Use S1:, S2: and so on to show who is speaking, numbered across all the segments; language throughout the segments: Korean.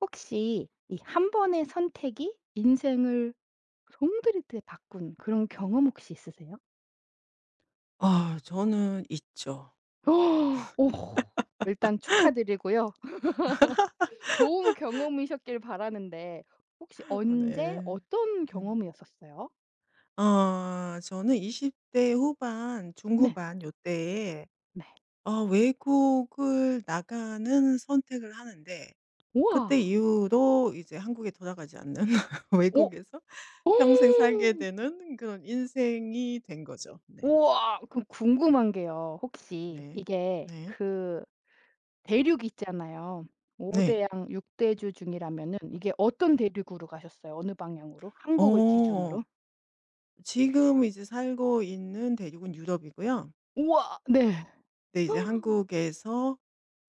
S1: 혹시 이 한 번의 선택이 인생을 송두리째 바꾼 그런 경험 혹시 있으세요?
S2: 아 저는 있죠.
S1: 오. 일단 축하드리고요. 좋은 경험이셨길 바라는데 혹시 언제
S2: 네.
S1: 어떤
S2: 음.
S1: 경험이었었어요?
S2: 아 저는 20대 후반,
S1: 네.
S2: 중후반 요때에
S1: 네.
S2: 외국을 나가는 선택을 하는데 그때
S1: 우와.
S2: 이후로 이제 한국에 돌아가지 않는
S1: 오.
S2: 외국에서 평생 살게
S1: 오.
S2: 되는 그런 인생이 된 거죠. 네.
S1: 우와. 그럼 궁금한 게요. 혹시
S2: 네.
S1: 이게
S2: 네.
S1: 그 대륙이 있잖아요. 5
S2: 네.
S1: 대양 6 대주 중이라면은 이게 어떤 대륙으로 가셨어요? 어느 방향으로? 한국을
S2: 어.
S1: 기준으로?
S2: 지금 이제 살고 있는 대륙은 유럽이고요.
S1: 우와. 네.
S2: 근데 이제 한국에서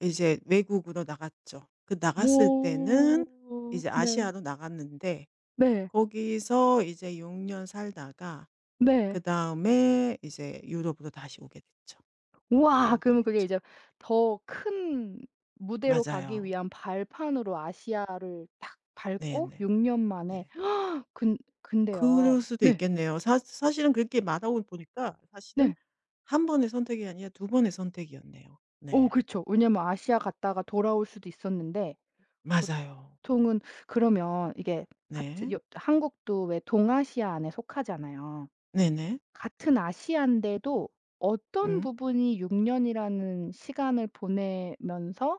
S2: 이제 외국으로 나갔죠. 그 나갔을
S1: 뭐
S2: 때는 이제
S1: 네.
S2: 아시아로 나갔는데
S1: 네.
S2: 거기서 이제 6년 살다가
S1: 네.
S2: 그다음에 이제 유럽으로 다시 오게 됐죠. 또
S1: 우와.
S2: 오게
S1: 그러면 그게
S2: 됐죠.
S1: 이제 더 큰 무대로 가기
S2: 맞아요.
S1: 위한 발판으로 아시아를 딱 밟고
S2: 네네.
S1: 6년 만에
S2: 네.
S1: 근 근데요.
S2: 그럴 수도
S1: 네.
S2: 있겠네요. 사 사실은 그렇게 말하고 보니까 사실은
S1: 네.
S2: 한 번의 선택이 아니라 두 번의 선택이었네요.
S1: 어
S2: 네.
S1: 그쵸. 왜냐면 아시아 갔다가 돌아올 수도 있었는데
S2: 맞아요.
S1: 보통은 그러면 이게 같은
S2: 네.
S1: 한국도 왜 동아시아 안에 속하잖아요.
S2: 네네.
S1: 같은 아시아인데도 어떤
S2: 음.
S1: 부분이 6 년이라는 시간을 보내면서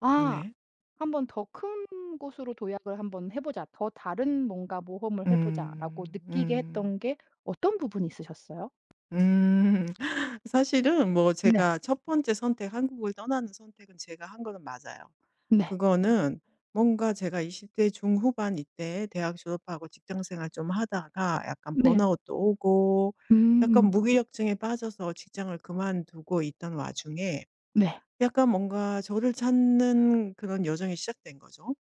S1: '아
S2: 네.
S1: 한번 더 큰 곳으로 도약을 한번 해 보자. 더 다른 뭔가 모험을 해 보자.'라고
S2: 음.
S1: 느끼게
S2: 음.
S1: 했던 게 어떤 부분이 있으셨어요?
S2: 음. 사실은 뭐
S1: 네.
S2: 제가 첫 번째 선택 한국을 떠나는 선택은 제가 한 거는 맞아요.
S1: 네.
S2: 그거는 뭔가 제가 20대 중후반 이때 대학 졸업하고 직장 생활 좀 하다가 약간
S1: 네.
S2: 번아웃도 오고 약간
S1: 음.
S2: 무기력증에 빠져서 직장을 그만두고 있던 와중에
S1: 네.
S2: 약간 뭔가 저를 찾는 그런 여정이 시작된 거죠.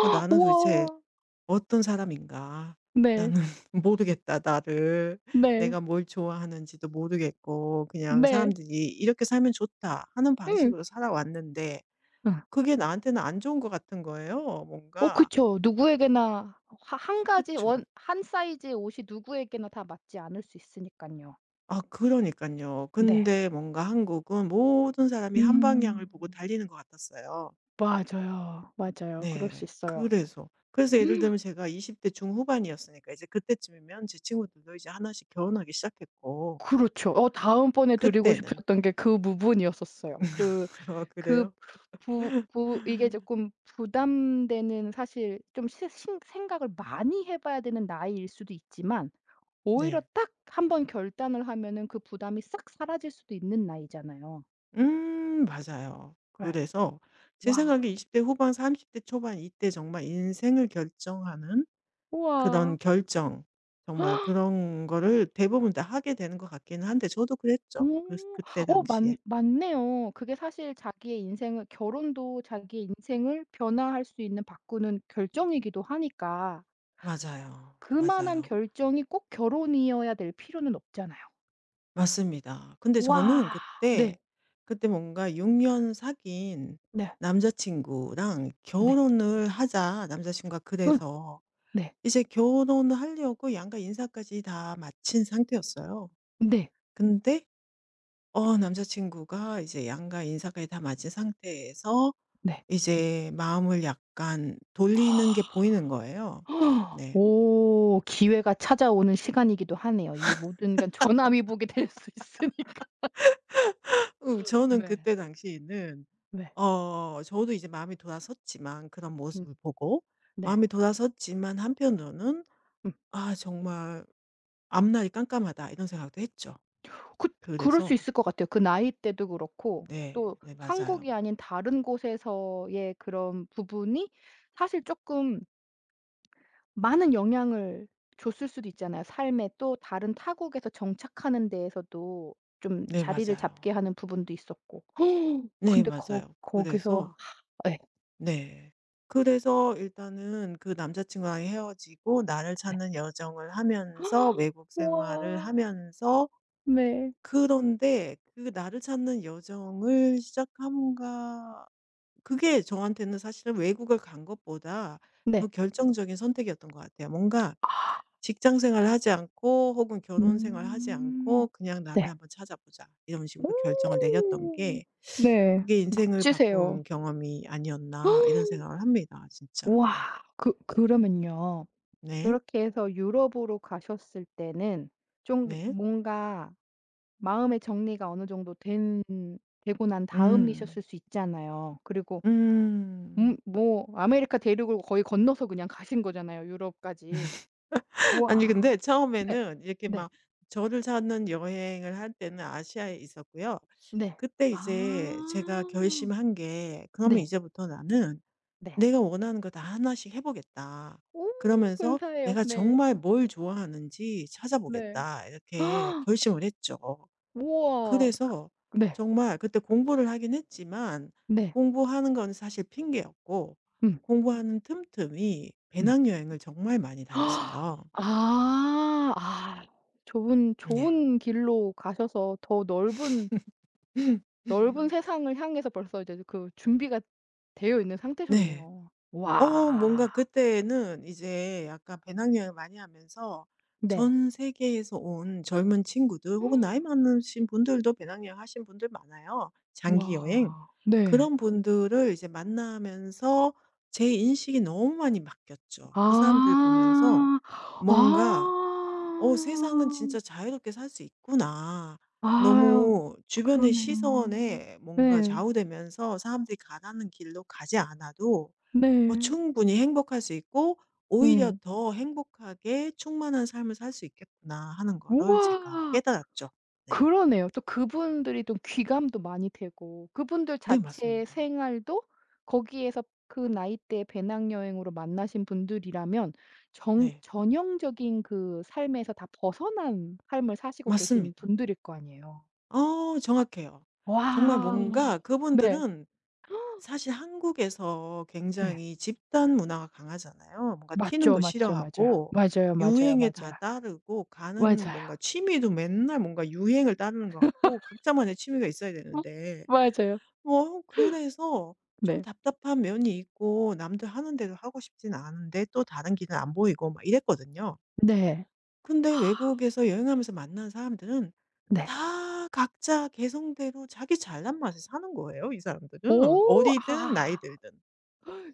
S2: 나는
S1: 우와.
S2: 도대체 '어떤 사람인가?
S1: 네.
S2: 나는 모르겠다 나를.
S1: 네.
S2: 내가 뭘 좋아하는지도 모르겠고 그냥
S1: 네.
S2: 사람들이 '이렇게 살면 좋다.' 하는
S1: 응.
S2: 방식으로 살아왔는데
S1: 응.
S2: 그게 나한테는 안 좋은 것 같은 거예요
S1: 어
S2: 뭔가.
S1: 그쵸. 누구에게나 하 한 가지 원
S2: 그쵸.
S1: 한 사이즈의 옷이 누구에게나 다 맞지 않을 수 있으니까요.
S2: 아 그러니까요
S1: 네.
S2: 근데 뭔가 한국은 모든 사람이 한 방향을
S1: 음.
S2: 보고 달리는 것 같았어요.
S1: 맞아요. 맞아요. 그럴 수
S2: 네.
S1: 있어요.
S2: 그래서 예를 들면 제가 20대 중후반이었으니까 이제 그때쯤이면 제 친구들도 이제 하나씩 결혼하기 시작했고
S1: 그렇죠. 어 다음번에 드리고
S2: 그때는.
S1: 싶었던 게 그 부분이었었어요. 그
S2: 아
S1: 그
S2: 그래요?
S1: 부 부 이게 조금 부담되는 사실 좀 시 신 생각을 많이 해 봐야 되는 나이일 수도 있지만 오히려
S2: 네.
S1: 딱 한 번 결단을 하면은 그 부담이 싹 사라질 수도 있는 나이잖아요.
S2: 맞아요.
S1: 예.
S2: 그래서 제
S1: 와.
S2: 생각에 20대 후반 30대 초반 이때 정말 인생을 결정하는
S1: 우와.
S2: 그런 결정 정말 그런 거를 대부분 다 하게 되는 것 같기는 한데 저도 그랬죠. 그
S1: 오.
S2: 그때
S1: 어 맞
S2: 당시에.
S1: 맞네요. 그게 사실 자기의 인생을 결혼도 자기의 인생을 변화할 수 있는 바꾸는 결정이기도 하니까
S2: 맞아요.
S1: 그만한
S2: 맞아요.
S1: 결정이 꼭 결혼이어야 될 필요는 없잖아요.
S2: 맞습니다. 근데 저는
S1: 와.
S2: 그때,
S1: 네.
S2: 그때 뭔가 6년 사귄
S1: 네.
S2: 남자친구랑
S1: 네.
S2: "결혼을 하자." 남자친구가
S1: 음.
S2: 그래서
S1: 네.
S2: 이제 결혼을 하려고 양가 인사까지 다 마친 상태였어요.
S1: 네.
S2: 근데 남자 친구가 이제 양가 인사까지 다 마친 상태에서
S1: 네.
S2: 이제 마음을 약간 돌리는 게
S1: 아.
S2: 보이는 거예요. 네.
S1: 오. 기회가 찾아오는 시간이기도 하네요. 이 모든 게 전화위복이 될 수 있으니까.
S2: 저는
S1: 네.
S2: 그때 당시에는
S1: 네.
S2: 저도 이제 마음이 돌아섰지만 그런
S1: 음.
S2: 모습을 보고
S1: 네.
S2: 마음이 돌아섰지만 한편으로는
S1: 음.
S2: '아 정말 앞날이 깜깜하다.' 이런 생각도 했죠.
S1: 그 그럴
S2: 그래서
S1: 수 있을 것 같아요. 그 나이 때도 그렇고
S2: 네.
S1: 또
S2: 네
S1: 한국이
S2: 맞아요.
S1: 아닌 다른 곳에서의 그런 부분이 사실 쪼끔 많은 영향을 줬을 수도 있잖아요. 삶에. 또 다른 타국에서 정착하는 데에서도 좀
S2: 네
S1: 자리를 잡게
S2: 맞아요.
S1: 하는 부분도 있었고.
S2: 네
S1: 근데 거
S2: 맞아요.
S1: 거기서
S2: 그래서
S1: 예.
S2: 네. 그래서 일단은 그 남자 친구랑 헤어지고 나를
S1: 네.
S2: 찾는 여정을 하면서 외국 생활을
S1: 우와.
S2: 하면서
S1: 네.
S2: 그런데 그 나를 찾는 여정을 시작함과 그게 저한테는 사실은 외국을 간 것보다 더
S1: 네.
S2: 결정적인 선택이었던 것 같아요. 뭔가
S1: 아.
S2: 직장 생활을 하지 않고 혹은 결혼 생활을 하지
S1: 음.
S2: 않고 '그냥 나를
S1: 네.
S2: 한번 찾아보자.' 이런 식으로
S1: 오.
S2: 결정을 내렸던 게
S1: 네.
S2: 그게 '인생을
S1: 멋지세요.
S2: 바꾼 경험이 아니었나.' 이런 생각을 합니다 진짜.
S1: 우와.
S2: 네.
S1: 그 그러면요.
S2: 네.
S1: 그렇게 해서 유럽으로 가셨을 때는 좀
S2: 네.
S1: 뭔가 마음의 정리가 어느 정도 된 되고 난
S2: 음.
S1: 다음이셨을 수 있잖아요. 그리고
S2: 음.
S1: 뭐 아메리카 대륙을 거의 건너서 그냥 가신 거잖아요, 유럽까지.
S2: 아니
S1: 우와.
S2: 근데
S1: 네.
S2: 처음에는 이렇게
S1: 네.
S2: 막 저를 찾는 여행을 할 때는 아시아에 있었고요.
S1: 네.
S2: 그때 이제 제가
S1: 아.
S2: 결심한 게 '그러면
S1: 네.
S2: 이제부터 나는
S1: 네.
S2: '내가 원하는 거 다 하나씩 해 보겠다.'
S1: 오.
S2: 그러면서
S1: 근사해요.
S2: '내가
S1: 네.
S2: 정말 뭘 좋아하는지
S1: 네.
S2: 찾아보겠다.' 이렇게 결심을 했죠.
S1: 우와.
S2: 그래서
S1: 그 네.
S2: 정말 그때 공부를 하긴 했지만
S1: 네.
S2: 공부하는 건 사실 핑계였고
S1: 음.
S2: 공부하는 틈틈이
S1: 음.
S2: 배낭여행을 정말 많이
S1: 아.
S2: 다녔어요.
S1: 아.
S2: 네.
S1: 좋은 길로 가셔서 더 넓은 세상을 향해서 벌써 이제 그 준비가 되어 있는
S2: 네.
S1: 상태셨네요.
S2: 뭔가
S1: 와.
S2: 그때는 이제 약간 배낭여행을 많이 하면서
S1: 네.
S2: 전 세계에서 온 젊은 친구들 혹은 나이 많으신 분들도 배낭여행 하신 분들 많아요, 장기 여행.
S1: 와. 네.
S2: 그런 분들을 이제 만나면서 제 인식이 너무 많이 바뀌었죠. 그 사람들 보면서
S1: 아.
S2: 뭔가 '어 세상은
S1: 아.
S2: 진짜 자유롭게 살 수 있구나.'
S1: 아유.
S2: 너무 주변의
S1: 그러네요.
S2: 시선에 뭔가
S1: 네.
S2: 좌우되면서 사람들이 가라는 길로 가지 않아도
S1: 네.
S2: 충분히 행복할 수 있고 오히려
S1: 음.
S2: 더 행복하게 충만한 삶을 살 수 있겠구나 하는 거를 제가
S1: 우와.
S2: 깨달았죠. 네.
S1: 그러네요. 또 그분들이 또 귀감도 많이 되고 그분들
S2: 네
S1: 자체의
S2: 맞습니다.
S1: 생활도 거기에서 그 나이대 배낭여행으로 만나신 분들이라면 정
S2: 네.
S1: 전형적인 그 삶에서 다 벗어난 삶을 사시고 계신
S2: 맞습니다.
S1: 분들일 거 아니에요. 음.
S2: 정확해요. 정말
S1: 와. 음.
S2: 뭔가
S1: 네.
S2: 그분들은 사실 한국에서
S1: 네.
S2: 굉장히 집단 문화가 강하잖아요. 뭔가 튀는
S1: 맞죠,
S2: 거
S1: 맞죠. 맞아요.
S2: 싫어하고
S1: 맞아요, 맞아요,
S2: 유행에 다
S1: 맞아요.
S2: 따르고 가는 뭔가
S1: 맞아요.
S2: 취미도 맨날 뭔가 유행을 따르는 것 같고 각자만의 취미가 있어야
S1: 어
S2: 되는데
S1: 맞아요.
S2: 뭐 그래서 좀
S1: 네.
S2: 답답한 면이 있고 남들 하는 대로 하고 싶진 않은데 또 다른 길은 안 보이고 막 이랬거든요.
S1: 네. 아
S2: 근데 외국에서 여행하면서 만난 사람들은
S1: 네.
S2: 다 각자 개성대로 자기 잘난 맛에 사는 거예요, 이 사람들은.
S1: 오.
S2: 어리든 나이
S1: 아.
S2: 들든.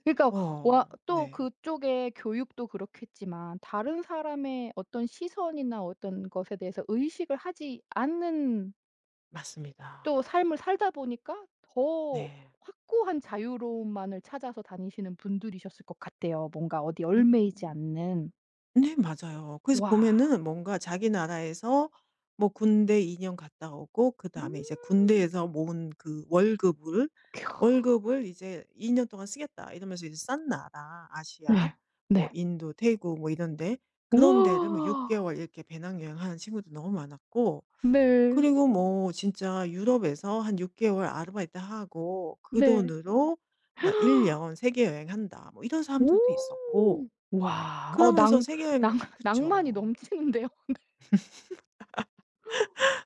S1: 그러니까 와 또
S2: 네.
S1: 그쪽의 교육도 그렇겠지만 다른 사람의 어떤 시선이나 어떤 것에 대해서 의식을 하지 않는 또
S2: 맞습니다.
S1: 삶을 살다 보니까 더
S2: 네.
S1: 확고한 자유로움만을 찾아서 다니시는 분들이셨을 것 같아요. 뭔가 어디
S2: 음.
S1: 얽매이지
S2: 음.
S1: 않는.
S2: 네 맞아요. 그래서
S1: 와.
S2: 보면은 뭔가 자기 나라에서 뭐 군대 2년 갔다 오고 그다음에 이제
S1: 음.
S2: 군대에서 모은 그 월급을 이제 "2년 동안 쓰겠다." 이러면서 이제 싼 나라 아시아
S1: 네.
S2: 뭐
S1: 네.
S2: 인도, 태국 뭐 이런 데 그런 데를 뭐 6
S1: 우와.
S2: 개월 이렇게 배낭여행하는 친구도 너무 많았고
S1: 네.
S2: 그리고 뭐 진짜 유럽에서 한 6개월 아르바이트하고 그
S1: 네.
S2: 돈으로 '나 1년 세계 여행한다.' 뭐 이런
S1: 오.
S2: 사람들도 있었고
S1: 와. 어
S2: 그러면서
S1: 낭
S2: 세계
S1: 낭
S2: 여행
S1: 낭만이
S2: 그쵸.
S1: 넘치는데요.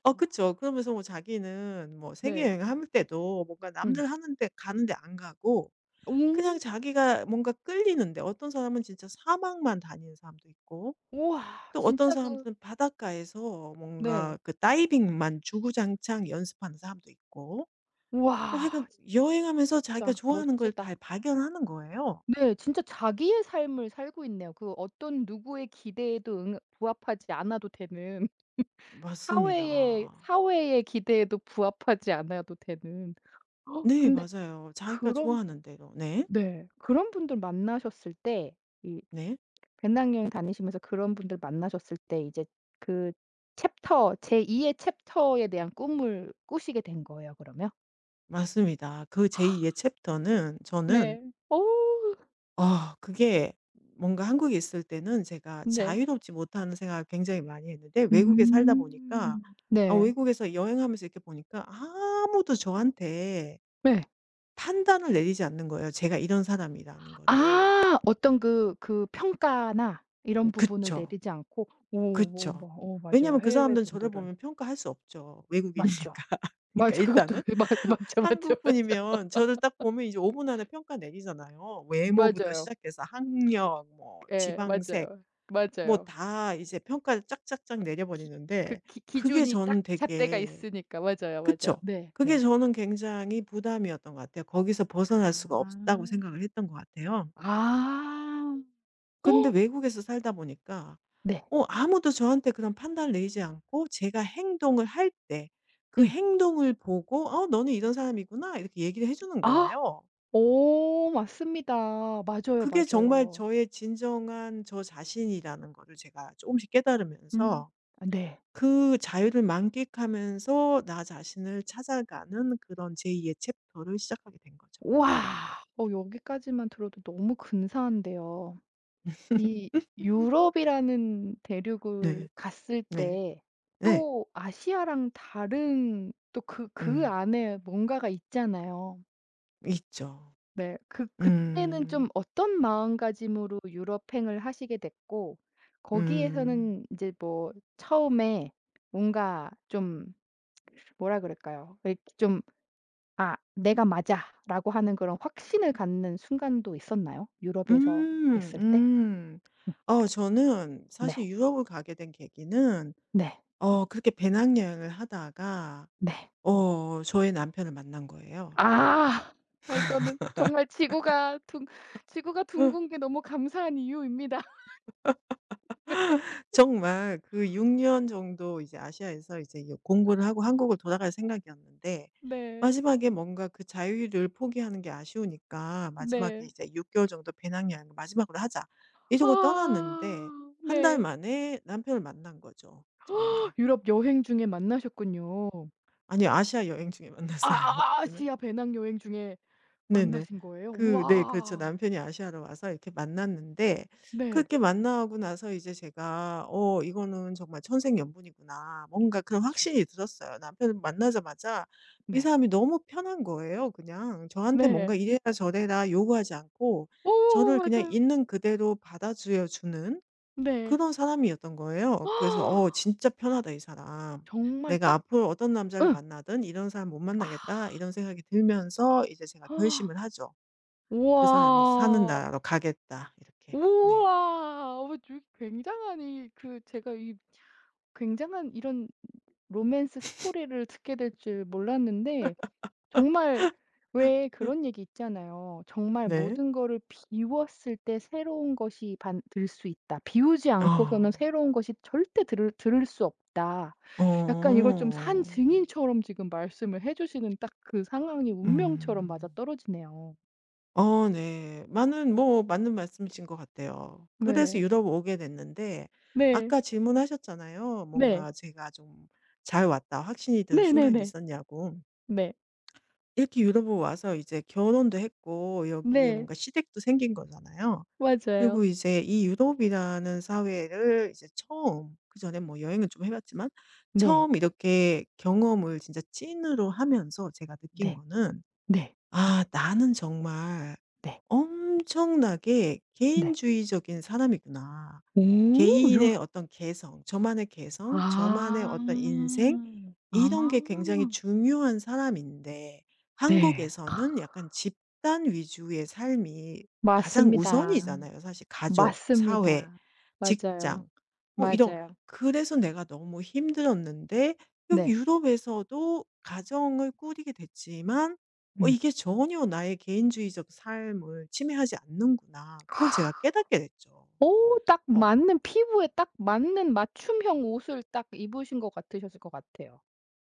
S1: 와.
S2: 그쵸. 그러면서 뭐 자기는 뭐 세계
S1: 네.
S2: 여행을 할 때도 뭔가
S1: 음.
S2: 남들 하는 데 가는 데 안 가고
S1: 오.
S2: 그냥 자기가 뭔가 끌리는데 어떤 사람은 진짜 사막만 다니는 사람도 있고
S1: 우와.
S2: 또 어떤
S1: 진짜 그
S2: 사람들은 바닷가에서
S1: 네.
S2: 뭔가 그 다이빙만 주구장창 연습하는 사람도 있고 뭐
S1: 우와.
S2: 하여간 여행하면서 자기가
S1: 진짜
S2: 좋아하는 걸
S1: 멋지다.
S2: 잘 발견하는 거예요.
S1: 네. 진짜 자기의 삶을 살고 있네요. 그 어떤 누구의 기대에도 응 부합하지 않아도 되는
S2: 맞습니다.
S1: 사회의 기대에도 부합하지 않아도 되는
S2: 네
S1: 근데
S2: 맞아요. 자기가
S1: 그런
S2: 좋아하는 대로. 네.
S1: 네. 그런 분들 만나셨을 때 이
S2: 네.
S1: 배낭여행 다니시면서 그런 분들 만나셨을 때 이제 그 챕터 제2의 챕터에 대한 꿈을 꾸시게 된 거예요, 그러면?
S2: 맞습니다. 그 제2의 챕터는 저는
S1: 네. 어
S2: 아 그게 뭔가 한국에 있을 때는 제가
S1: 네.
S2: 자유롭지 못하는 생각을 굉장히 많이 했는데 외국에 살다 보니까
S1: 음.
S2: 아
S1: 네.
S2: 외국에서 여행하면서 이렇게 보니까 아무도 저한테
S1: 네.
S2: 판단을 내리지 않는 거예요, 제가 이런 사람이라는 거를.
S1: 아 어떤 그 그 평가나 이런 부분을
S2: 그쵸.
S1: 내리지 않고 오 오
S2: 그쵸.
S1: 뭐 어 맞아요.
S2: 왜냐하면 그
S1: 해외
S2: 사람들은 저를
S1: 분들은.
S2: 보면 평가할 수 없죠, 외국이니까.
S1: 맞죠.
S2: 그러니까
S1: 맞아. 그것도
S2: 일단은
S1: 그 맞 맞죠, 맞죠,
S2: 한국
S1: 맞죠.
S2: 분이면 저를 딱 보면 이제 5분 안에 평가 내리잖아요. 외모부터
S1: 맞아요.
S2: 시작해서 학력 뭐
S1: 예.
S2: 지방색
S1: 맞아요.
S2: 뭐
S1: 맞아요.
S2: 다 이제 평가를 쫙쫙쫙
S1: 기 그
S2: 내려버리는데
S1: 기
S2: 그게
S1: 기준이 딱
S2: 저는
S1: 잣대가
S2: 되게
S1: 있으니까. 맞아요, 맞아요.
S2: 그쵸.
S1: 네.
S2: 그게
S1: 네.
S2: 저는 굉장히 부담이었던 것 같아요. 거기서 벗어날
S1: 아.
S2: 수가 없다고 생각을 했던 것 같아요.
S1: 아.
S2: 근데 외국에서 살다 보니까
S1: 네.
S2: 아무도 저한테 그런 판단을 내리지 않고 제가 행동을 할 때 그
S1: 음.
S2: 행동을 보고 "어 너는 이런 사람이구나." 이렇게 얘기를 해 주는
S1: 아.
S2: 거예요.
S1: 오, 맞습니다. 맞아요,
S2: 그게 정말
S1: 맞아요.
S2: 저의 진정한 저 자신이라는 거를 제가 조금씩
S1: 음.
S2: 깨달으면서
S1: 아 네.
S2: 그 자유를 만끽하면서 나 자신을 찾아가는 그런 제2의 챕터를 시작하게 된 거죠. 네.
S1: 우와. 어 여기까지만 들어도 너무 근사한데요. 이 유럽이라는 대륙을
S2: 네.
S1: 갔을
S2: 네.
S1: 때
S2: 네.
S1: 또 아시아랑 다른 또 그 그
S2: 음.
S1: 안에 뭔가가 있잖아요.
S2: 있죠.
S1: 네. 그 그때는 좀
S2: 음.
S1: 어떤 마음가짐으로 유럽행을 하시게 됐고
S2: 음.
S1: 거기에서는 이제 뭐 처음에 뭔가 좀 뭐라 그럴까요? 왜 좀 '아 내가 맞아.'라고 하는 그런 확신을 갖는 순간도 있었나요? 유럽에서
S2: 음.
S1: 있을 때?
S2: 음.
S1: 음
S2: 저는
S1: 네.
S2: 사실 유럽을 가게 된 계기는
S1: 네.
S2: 그렇게 배낭여행을 하다가
S1: 네.
S2: 저의 남편을 만난 거예요.
S1: 아. 아 이거는 정말 지구가 둥근 게 너무 감사한 이유입니다.
S2: 정말 그 6년 정도 이제 아시아에서 이제 여 공부를 하고 한국을 돌아갈 생각이었는데
S1: 네.
S2: 마지막에 뭔가 그 자유를 포기하는 게 아쉬우니까 마지막에
S1: 네.
S2: 이제 6개월 정도 배낭여행을 마지막으로 하자. 이러고 떠났는데
S1: 아
S2: 한 달
S1: 네.
S2: 만에 남편을 만난 거죠
S1: 어,
S2: 정말.
S1: 유럽 여행 중에 만나셨군요.
S2: 아니 아시아 여행 중에 만났어요.
S1: 아시아 배낭 여행 중에
S2: 네네.
S1: 만나신 거예요?
S2: 네 그렇죠.
S1: 우와.
S2: 남편이 아시아로 와서 이렇게 만났는데
S1: 네.
S2: 그렇게 만나고 나서 이제 제가 '어 이거는 정말 천생연분이구나.' 뭔가 그런
S1: 그렇죠.
S2: 확신이 들었어요. 남편을 만나자마자 이
S1: 네.
S2: 사람이 너무 편한 거예요 그냥. 저한테 뭔가
S1: 네.
S2: 이래라 저래라 요구하지 않고
S1: 오
S2: 저를 그냥
S1: 맞아요.
S2: 있는 그대로 받아주여 주는
S1: 네.
S2: 그런 사람이었던 거예요. 그래서 '어 진짜 편하다 이 사람.
S1: 정말
S2: 내가
S1: 딱
S2: 앞으로 어떤 남자를
S1: 응
S2: 만나든 이런 사람 못
S1: 아.
S2: 만나겠다.' 이런 생각이 들면서 이제 제가 결심을 하죠. '그 사람이 사는
S1: 우와.
S2: 나라로 가겠다.' 이렇게. 네.
S1: 우와. 어 주 굉장한 이 그 제가 이 굉장한 이런 로맨스 스토리를 듣게 될 줄 몰랐는데 정말 왜 그런 얘기 있잖아요. 정말
S2: 네.
S1: 모든 거를 비웠을 때 새로운 것이 반 들 수 있다. 비우지
S2: 어.
S1: 않고서는 새로운 것이 절대 들을 수 없다. 약간 이걸 좀 산
S2: 어.
S1: 증인처럼 지금 말씀을 해 주시는 딱 그 상황이 운명처럼
S2: 음.
S1: 맞아떨어지네요.
S2: 네. 많은 뭐 맞는 말씀이신 것 같아요. 그래서
S1: 네.
S2: 유럽 오게 됐는데
S1: 네.
S2: 아까 질문하셨잖아요.
S1: 네.
S2: 뭔가 제가 좀 '잘 왔다.' 확신이 든 순간이
S1: 네네네.
S2: 있었냐고.
S1: 네. 네.
S2: 이렇게 유럽을 와서 이제 결혼도 했고 여기에
S1: 네, 네,
S2: 뭔가 시댁도 생긴 거잖아요.
S1: 맞아요.
S2: 그리고 이제 이 유럽이라는 사회를 이제 처음 그전에 뭐 여행을 좀 해 봤지만
S1: 네.
S2: 처음 이렇게 경험을 진짜 찐으로 하면서 제가 느낀
S1: 네.
S2: 거는
S1: 네.
S2: '아 나는 정말
S1: 네.
S2: 엄청나게
S1: 네.
S2: 개인주의적인 사람이구나.' 개인의 어떤 개성, 저만의 개성, 저만의
S1: 아.
S2: 어떤 인생 이런
S1: 아.
S2: 게 굉장히 중요한 사람인데
S1: 네.
S2: 한국에서는 약간 집단 위주의 삶이 가장
S1: 맞습니다.
S2: 우선이잖아요. 사실 가족, 사회,
S1: 맞습니다. 맞아요.
S2: 직장 뭐 이런
S1: 맞아요.
S2: 그래서 내가 너무 힘들었는데 여기
S1: 네.
S2: 유럽에서도 가정을 꾸리게 됐지만
S1: 음.
S2: 이게 전혀 나의 개인주의적 삶을 침해하지 않는구나. 그걸 제가 깨닫게 됐죠.
S1: 오, 딱
S2: 어.
S1: 맞는 피부에 딱 맞는 맞춤형 옷을 딱 입으신 것 같으셨을 것 같아요.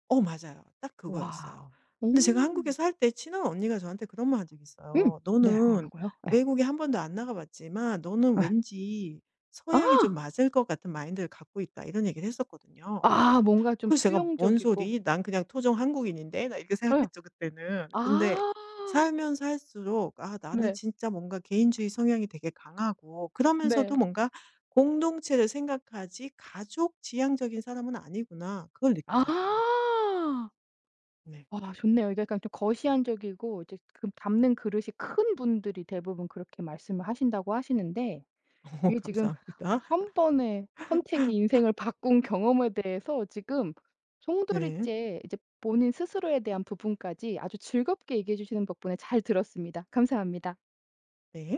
S2: 맞아요. 딱 그거였어요.
S1: 와. 오.
S2: 근데 제가 한국에서 할 때 친한 언니가 저한테 그런 말한 적이
S1: 음.
S2: 있어요.
S1: 네.
S2: "너는
S1: 뭐라고요? 예.
S2: 외국에 한 번도 안 나가 봤지만 너는
S1: 예.
S2: 왠지
S1: 아.
S2: 서양이 좀 맞을 것 같은 마인드를 갖고 있다." 이런 얘기를 했었거든요.
S1: 아 뭔가 좀
S2: 그래서 제가 '뭔
S1: 수용적이고
S2: 소리? 난 그냥 토종 한국인인데?' 나 이렇게
S1: 예.
S2: 생각했죠 그때는. 근데
S1: 아.
S2: 살면 살수록 '아 나는
S1: 네.
S2: 진짜 뭔가 개인주의 성향이 되게 강하고 그러면서도
S1: 네.
S2: 뭔가 공동체를 생각하지 가족 지향적인 사람은 아니구나.' 그걸 느끼죠 저는.
S1: 아.
S2: 네.
S1: 아 좋네요. 이게 약간 좀 거시안적이고 이제 그 담는 그릇이 큰 분들이 대부분 그렇게 말씀을 하신다고 하시는데 이게 지금
S2: 감사합니다.
S1: 한 번의 선택이 인생을 바꾼 경험에 대해서 지금
S2: 네.
S1: 송두리째 이제 본인 스스로에 대한 부분까지 아주 즐겁게 얘기해 주시는 덕분에 잘 들었습니다. 감사합니다.
S2: 네.